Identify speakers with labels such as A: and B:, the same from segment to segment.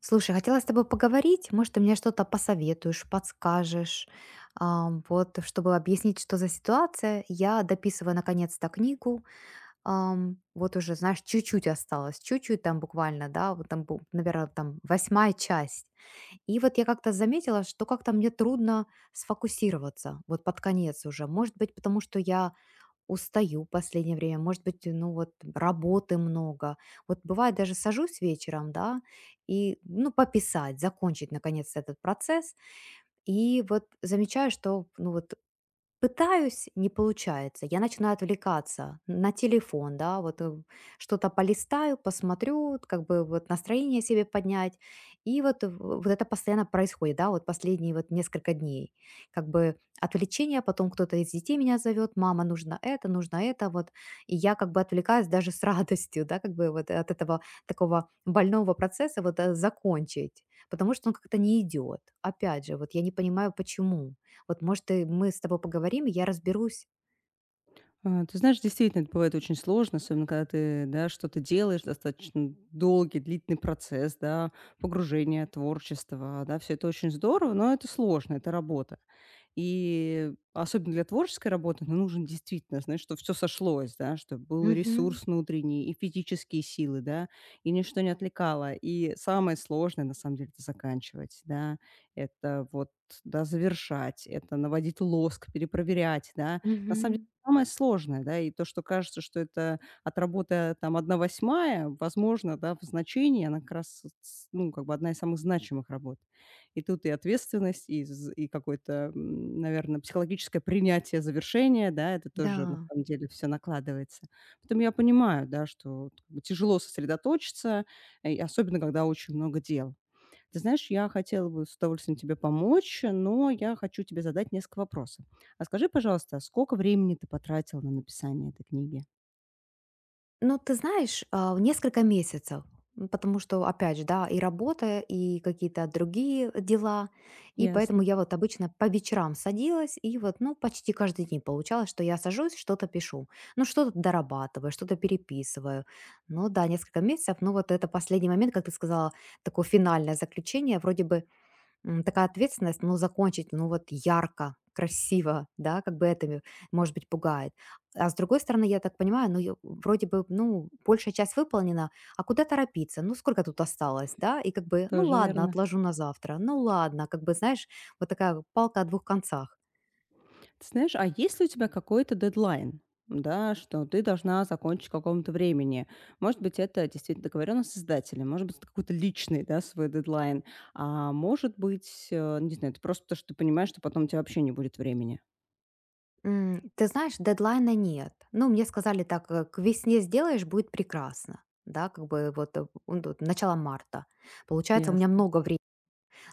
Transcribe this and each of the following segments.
A: Слушай, хотела с тобой поговорить. Может, ты мне что-то посоветуешь, подскажешь, вот, чтобы объяснить, что за ситуация. Я дописываю наконец-то книгу. Вот уже, знаешь, чуть-чуть осталось, чуть-чуть там буквально, да, вот там, наверное, там восьмая часть. И вот я как-то заметила, что как-то мне трудно сфокусироваться вот под конец уже. Может быть, потому что я устаю в последнее время, может быть, ну вот работы много. Вот бывает даже сажусь вечером, да, и, ну, пописать, закончить наконец этот процесс. И вот замечаю, что, ну вот пытаюсь, не получается. Я начинаю отвлекаться на телефон, да, что-то полистаю, посмотрю, вот как бы вот настроение себе поднять. И вот, вот это постоянно происходит, да, вот последние вот несколько дней. Как бы отвлечение, потом кто-то из детей меня зовет: мама, нужно это, вот. И я как бы отвлекаюсь даже с радостью, да, как бы вот от этого такого больного процесса вот закончить, потому что он как-то не идет. Опять же, вот я не понимаю, почему. Вот, может, и мы с тобой поговорим, и я разберусь.
B: А, ты знаешь, действительно, это бывает очень сложно, особенно когда ты, да, что-то делаешь, достаточно долгий, длительный процесс, да, погружение, творчество, да, все это очень здорово, но это сложно, это работа. И особенно для творческой работы ну, нужен действительно, знаешь, что все сошлось, да, чтобы был и
A: Мгм.
B: ресурс внутренний, и физические силы, да, и ничто не отвлекало. И самое сложное, на самом деле, это заканчивать, да, это вот, да, завершать, это наводить лоск, перепроверять, да. На самом
A: Мгм.
B: Самое сложное, да, и то, что кажется, что это от работы там одна восьмая, возможно, да, в значении она как раз, с ну, как бы одна из самых значимых работ. И тут и ответственность, и какое-то, наверное, психологическое принятие завершения, да, это тоже на
A: Да.
B: самом деле все накладывается. Поэтому я понимаю, да, что вот как бы тяжело сосредоточиться, и особенно когда очень много дел. Ты знаешь, я хотела бы с удовольствием тебе помочь, но я хочу тебе задать несколько вопросов. А скажи, пожалуйста, сколько времени ты потратила на написание этой книги?
A: Ну, ты знаешь, несколько месяцев, потому что, опять же, да, и работа, и какие-то другие дела, и поэтому
B: Ясно,
A: я вот обычно по вечерам садилась, и вот, ну, почти каждый день получалось, что я сажусь, что-то пишу, ну, что-то дорабатываю, что-то переписываю. Ну, да, несколько месяцев, ну, вот это последний момент, как ты сказала, такое финальное заключение, вроде бы. Такая ответственность, ну, закончить, ну, вот ярко, красиво, да, как бы это, может быть, пугает. А с другой стороны, я так понимаю, ну, вроде бы, ну, большая часть выполнена, а куда торопиться? Ну, сколько тут осталось, да? И как бы, ну,
B: тоже
A: ладно,
B: верно.
A: отложу на завтра, ну, ладно, как бы, знаешь, вот такая вот палка о двух концах.
B: Ты знаешь, а есть ли у тебя какой-то дедлайн? Да, что ты должна закончить к какому-то времени. Может быть, это действительно договоренность с издателем, может быть, это какой-то личный, да, свой дедлайн. А может быть, не знаю, это просто то, что ты понимаешь, что потом у тебя вообще не будет времени.
A: Ты знаешь, дедлайна нет. Ну, мне сказали так, к весне сделаешь, будет прекрасно. Да, как бы вот он тут начало марта. Получается, у меня много времени.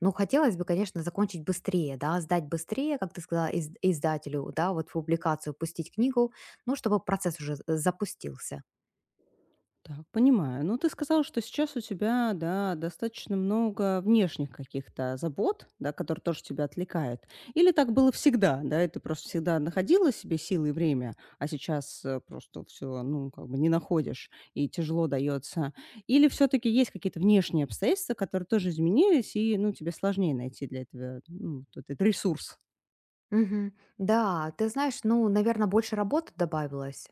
A: Ну, хотелось бы, конечно, закончить быстрее, да, сдать быстрее, как ты сказала, издателю, да, вот в публикацию пустить книгу, ну, чтобы процесс уже запустился.
B: Так, понимаю. Ну, ты сказала, что сейчас у тебя, да, достаточно много внешних каких-то забот, да, которые тоже тебя отвлекают. Или так было всегда, да, и ты просто всегда находила себе силы и время, а сейчас просто все, ну, как бы не находишь и тяжело дается. Или все-таки есть какие-то внешние обстоятельства, которые тоже изменились, и, ну, тебе сложнее найти для этого, ну, вот этот ресурс,
A: Мгм. Да, ты знаешь, ну, наверное, больше работы добавилось.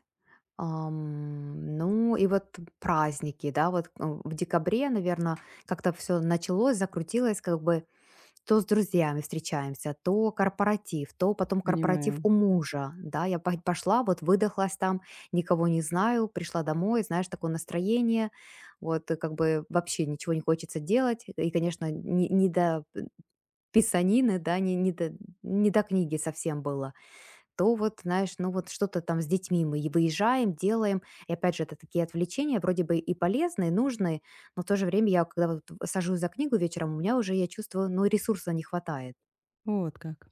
A: Ну, и вот праздники, да, вот в декабре, наверное, как-то все началось, закрутилось, как бы. То с друзьями встречаемся, то корпоратив, то потом корпоратив
B: понимаю.
A: у мужа, да, я пошла, вот выдохлась там, никого не знаю, пришла домой, знаешь, такое настроение, вот как бы вообще ничего не хочется делать, и, конечно, не, не до писанины, да, не, не до, не до книги совсем было. То вот, знаешь, ну вот что-то там с детьми мы и выезжаем, делаем. И опять же, это такие отвлечения, вроде бы и полезные, нужные, но в то же время я, когда вот сажусь за книгу вечером, у меня уже, я чувствую, ну, ресурса не хватает.
B: Вот как.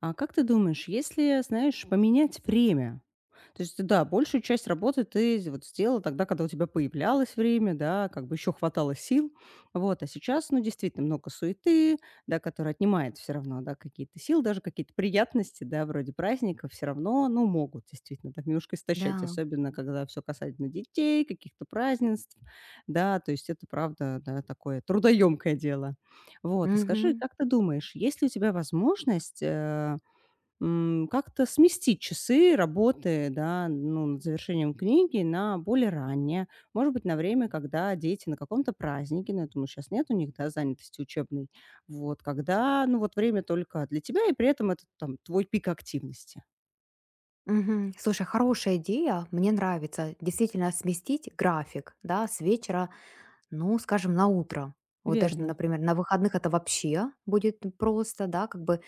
B: А как ты думаешь, если, знаешь, поменять время? То есть, да, большую часть работы ты вот сделала тогда, когда у тебя появлялось время, да, как бы еще хватало сил, вот, а сейчас, ну, действительно, много суеты, да, которая отнимает все равно, да, какие-то силы, даже какие-то приятности, да, вроде праздников, все равно, ну, могут действительно так немножко истощать,
A: Да.
B: особенно когда все касательно детей, каких-то празднеств, да, то есть это, правда, да, такое трудоемкое дело. Вот, и скажи,
A: Мгм.
B: как ты думаешь, есть ли у тебя возможность как-то сместить часы работы, да, ну, над завершением книги на более раннее. Может быть, на время, когда дети на каком-то празднике, ну, я думаю, сейчас нет у них, да, занятости учебной. Вот, когда, ну, вот время только для тебя, и при этом это там твой пик активности.
A: Мгм. Слушай, хорошая идея, мне нравится. Действительно, сместить график, да, с вечера, ну, скажем, на утро. Вот даже,
B: Верно,
A: например, на выходных это вообще будет просто, да, как бы.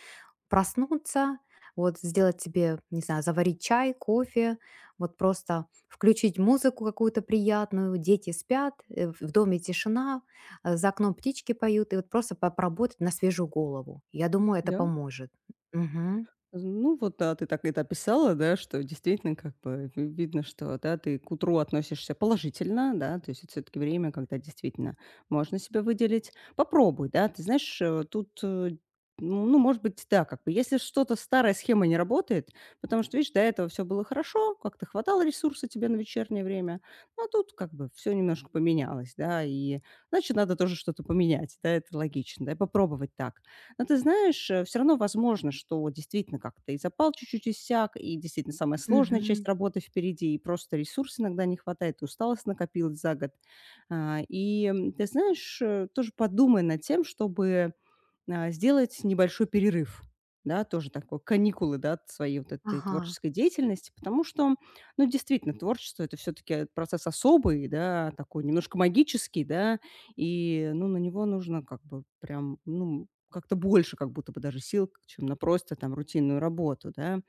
A: Проснуться, вот сделать себе, не знаю, заварить чай, кофе, вот просто включить музыку какую-то приятную, дети спят, в доме тишина, за окном птички поют, и вот просто поработать на свежую голову. Я думаю, это
B: да.
A: поможет. Мгм.
B: Ну вот, да, ты так это описала, да, что действительно как бы видно, что, да, ты к утру относишься положительно, да, то есть это все-таки время, когда действительно можно себя выделить. Попробуй, да, ты знаешь, тут, ну, может быть, да, как бы, если что-то старая схема не работает, потому что, видишь, до этого все было хорошо, как-то хватало ресурса тебе на вечернее время, но тут как бы все немножко поменялось, да, и значит, надо тоже что-то поменять, да, это логично, да, и попробовать так. Но ты знаешь, все равно возможно, что действительно как-то и запал чуть-чуть иссяк, и действительно самая сложная
A: Мгм.
B: часть работы впереди, и просто ресурс иногда не хватает, и усталость накопилась за год. Ты знаешь, тоже подумай над тем, чтобы сделать небольшой перерыв, да, тоже такой, каникулы, да, от своей вот этой
A: Ага,
B: творческой деятельности, потому что, ну, действительно, творчество– это все-таки процесс особый, да, такой немножко магический, да, и, ну, на него нужно как бы прям, ну, как-то больше как будто бы даже сил, чем на просто там рутинную работу, да.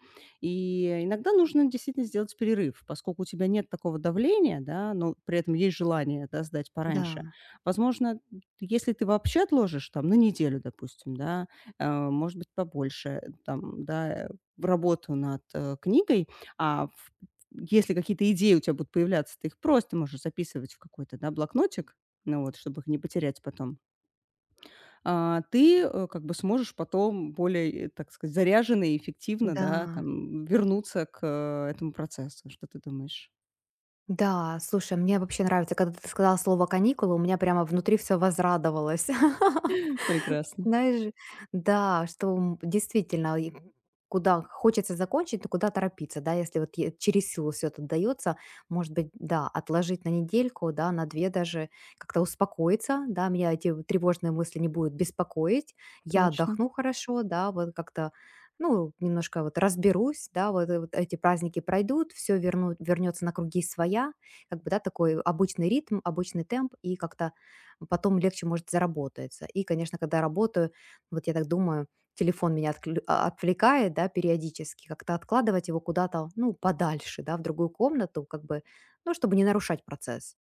B: И иногда нужно действительно сделать перерыв, поскольку у тебя нет такого давления, да, но при этом есть желание, да, сдать пораньше.
A: да,
B: Возможно, если ты вообще отложишь там на неделю, допустим, да, может быть, побольше, в работу над, книгой, а в если какие-то идеи у тебя будут появляться, ты их просто можешь записывать в какой-то, да, блокнотик, ну вот, чтобы их не потерять потом. Ты, как бы сможешь потом более, так сказать, заряженно и эффективно, да,
A: да.
B: там вернуться к, этому процессу. Что ты думаешь?
A: Да, слушай, мне вообще нравится, когда ты сказала слово каникулы, у меня прямо внутри все возрадовалось.
B: Прекрасно.
A: Знаешь, да, что действительно, и куда хочется закончить, то куда торопиться, да, если вот через силу все это дается, может быть, да, отложить на недельку, да, на две даже, как-то успокоиться, да, меня эти тревожные мысли не будут беспокоить, я
B: Точно.
A: отдохну хорошо, да, вот как-то, ну, немножко вот разберусь, да, вот, вот эти праздники пройдут, все верну, вернется на круги своя, как бы, да, такой обычный ритм, обычный темп, и как-то потом легче, может, заработается. И, конечно, когда работаю, вот я так думаю, телефон меня отвлекает, да, периодически, как-то откладывать его куда-то, ну, подальше, да, в другую комнату, как бы, ну, чтобы не нарушать процесс.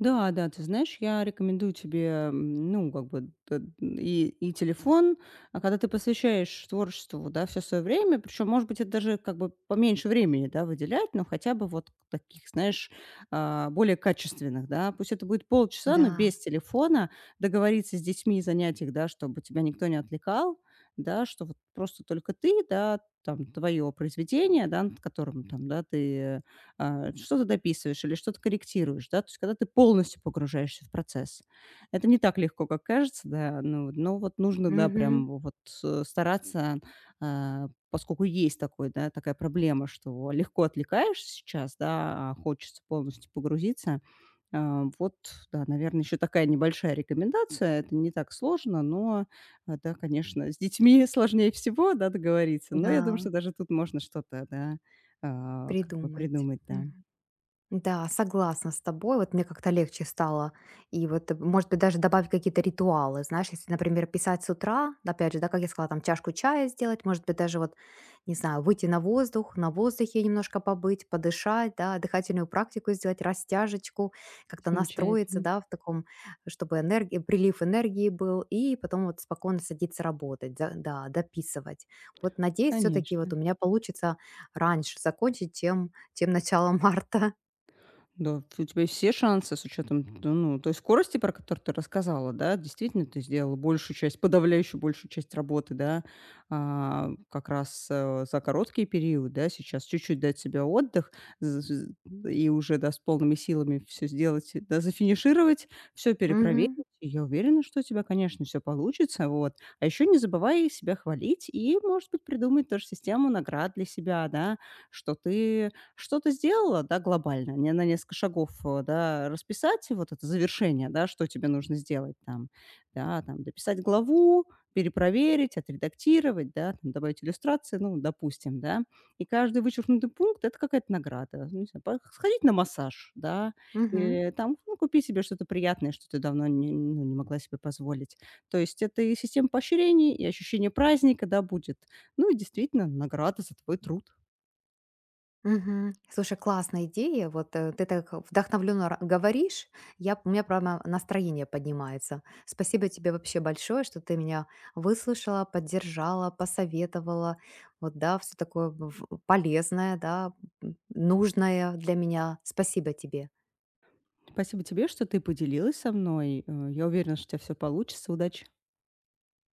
B: Да, да, ты знаешь, я рекомендую тебе, ну, как бы и, телефон, а когда ты посвящаешь творчеству, вот, да, все свое время, причем, может быть, это даже как бы поменьше времени, да, выделять, но хотя бы вот таких, знаешь, более качественных, да, пусть это будет полчаса, но
A: Да,
B: без телефона договориться с детьми и занять их, да, чтобы тебя никто не отвлекал, да, что вот просто только ты, да, там, твое произведение, да, над которым, там, да, ты что-то дописываешь или что-то корректируешь, да, то есть когда ты полностью погружаешься в процесс. Это не так легко, как кажется, да, ну, но вот нужно, да,
A: мгм,
B: прям вот стараться, поскольку есть такой, да, такая проблема, что легко отвлекаешься сейчас, да, а хочется полностью погрузиться. Вот, да, наверное, еще такая небольшая рекомендация, это не так сложно, но, да, конечно, с детьми сложнее всего, да, договориться, но я думаю,
A: да,
B: что даже тут можно что-то, да, как бы
A: придумать.
B: придумать, да.
A: Мгм. Да, согласна с тобой. Вот мне как-то легче стало. И вот, может быть, даже добавить какие-то ритуалы. Знаешь, если, например, писать с утра, опять же, да, как я сказала, там чашку чая сделать, может быть, даже вот, не знаю, выйти на воздух, на воздухе немножко побыть, подышать, да, дыхательную практику сделать, растяжечку, как-то настроиться,
B: Замечательно,
A: да, в таком, чтобы энергия, прилив энергии был, и потом вот спокойно садиться работать, да, да, дописывать. Вот надеюсь, все-таки вот
B: конечно.
A: у меня получится раньше закончить, чем, чем начало марта.
B: Да, у тебя все шансы с учетом, т ну, той скорости, про которую ты рассказала, да. Действительно, ты сделала большую часть, подавляющую большую часть работы, да, а, как раз, за короткий период, да. Сейчас чуть-чуть дать себе отдых з з и уже, да, с полными силами все сделать, и, да, зафинишировать, все перепроверить.
A: Мгм.
B: И я уверена, что у тебя, конечно, все получится, вот. А еще не забывай себя хвалить и, может быть, придумать тоже систему наград для себя, да, что ты что-то сделала, да, глобально, не на несколько шагов, да, расписать вот это завершение, да, что тебе нужно сделать там, да, там дописать главу, перепроверить, отредактировать, да, там добавить иллюстрации, ну, допустим, да. И каждый вычеркнутый пункт– это какая-то награда. Ну, не знаю, сходить на массаж, да,
A: Мгм.
B: или там, ну, купи себе что-то приятное, что ты давно не, ну, не могла себе позволить. То есть это и система поощрений, и ощущение праздника, да, будет. Ну, и действительно, награда за твой труд.
A: Мгм. Слушай, классная идея. Ты так вдохновленно говоришь, я, у меня прямо настроение поднимается. Спасибо тебе вообще большое, что ты меня выслушала, поддержала, посоветовала. Вот, да, все такое полезное, да, нужное для меня. Спасибо тебе.
B: Спасибо тебе, что ты поделилась со мной. Я уверена, что у тебя всё получится. Удачи!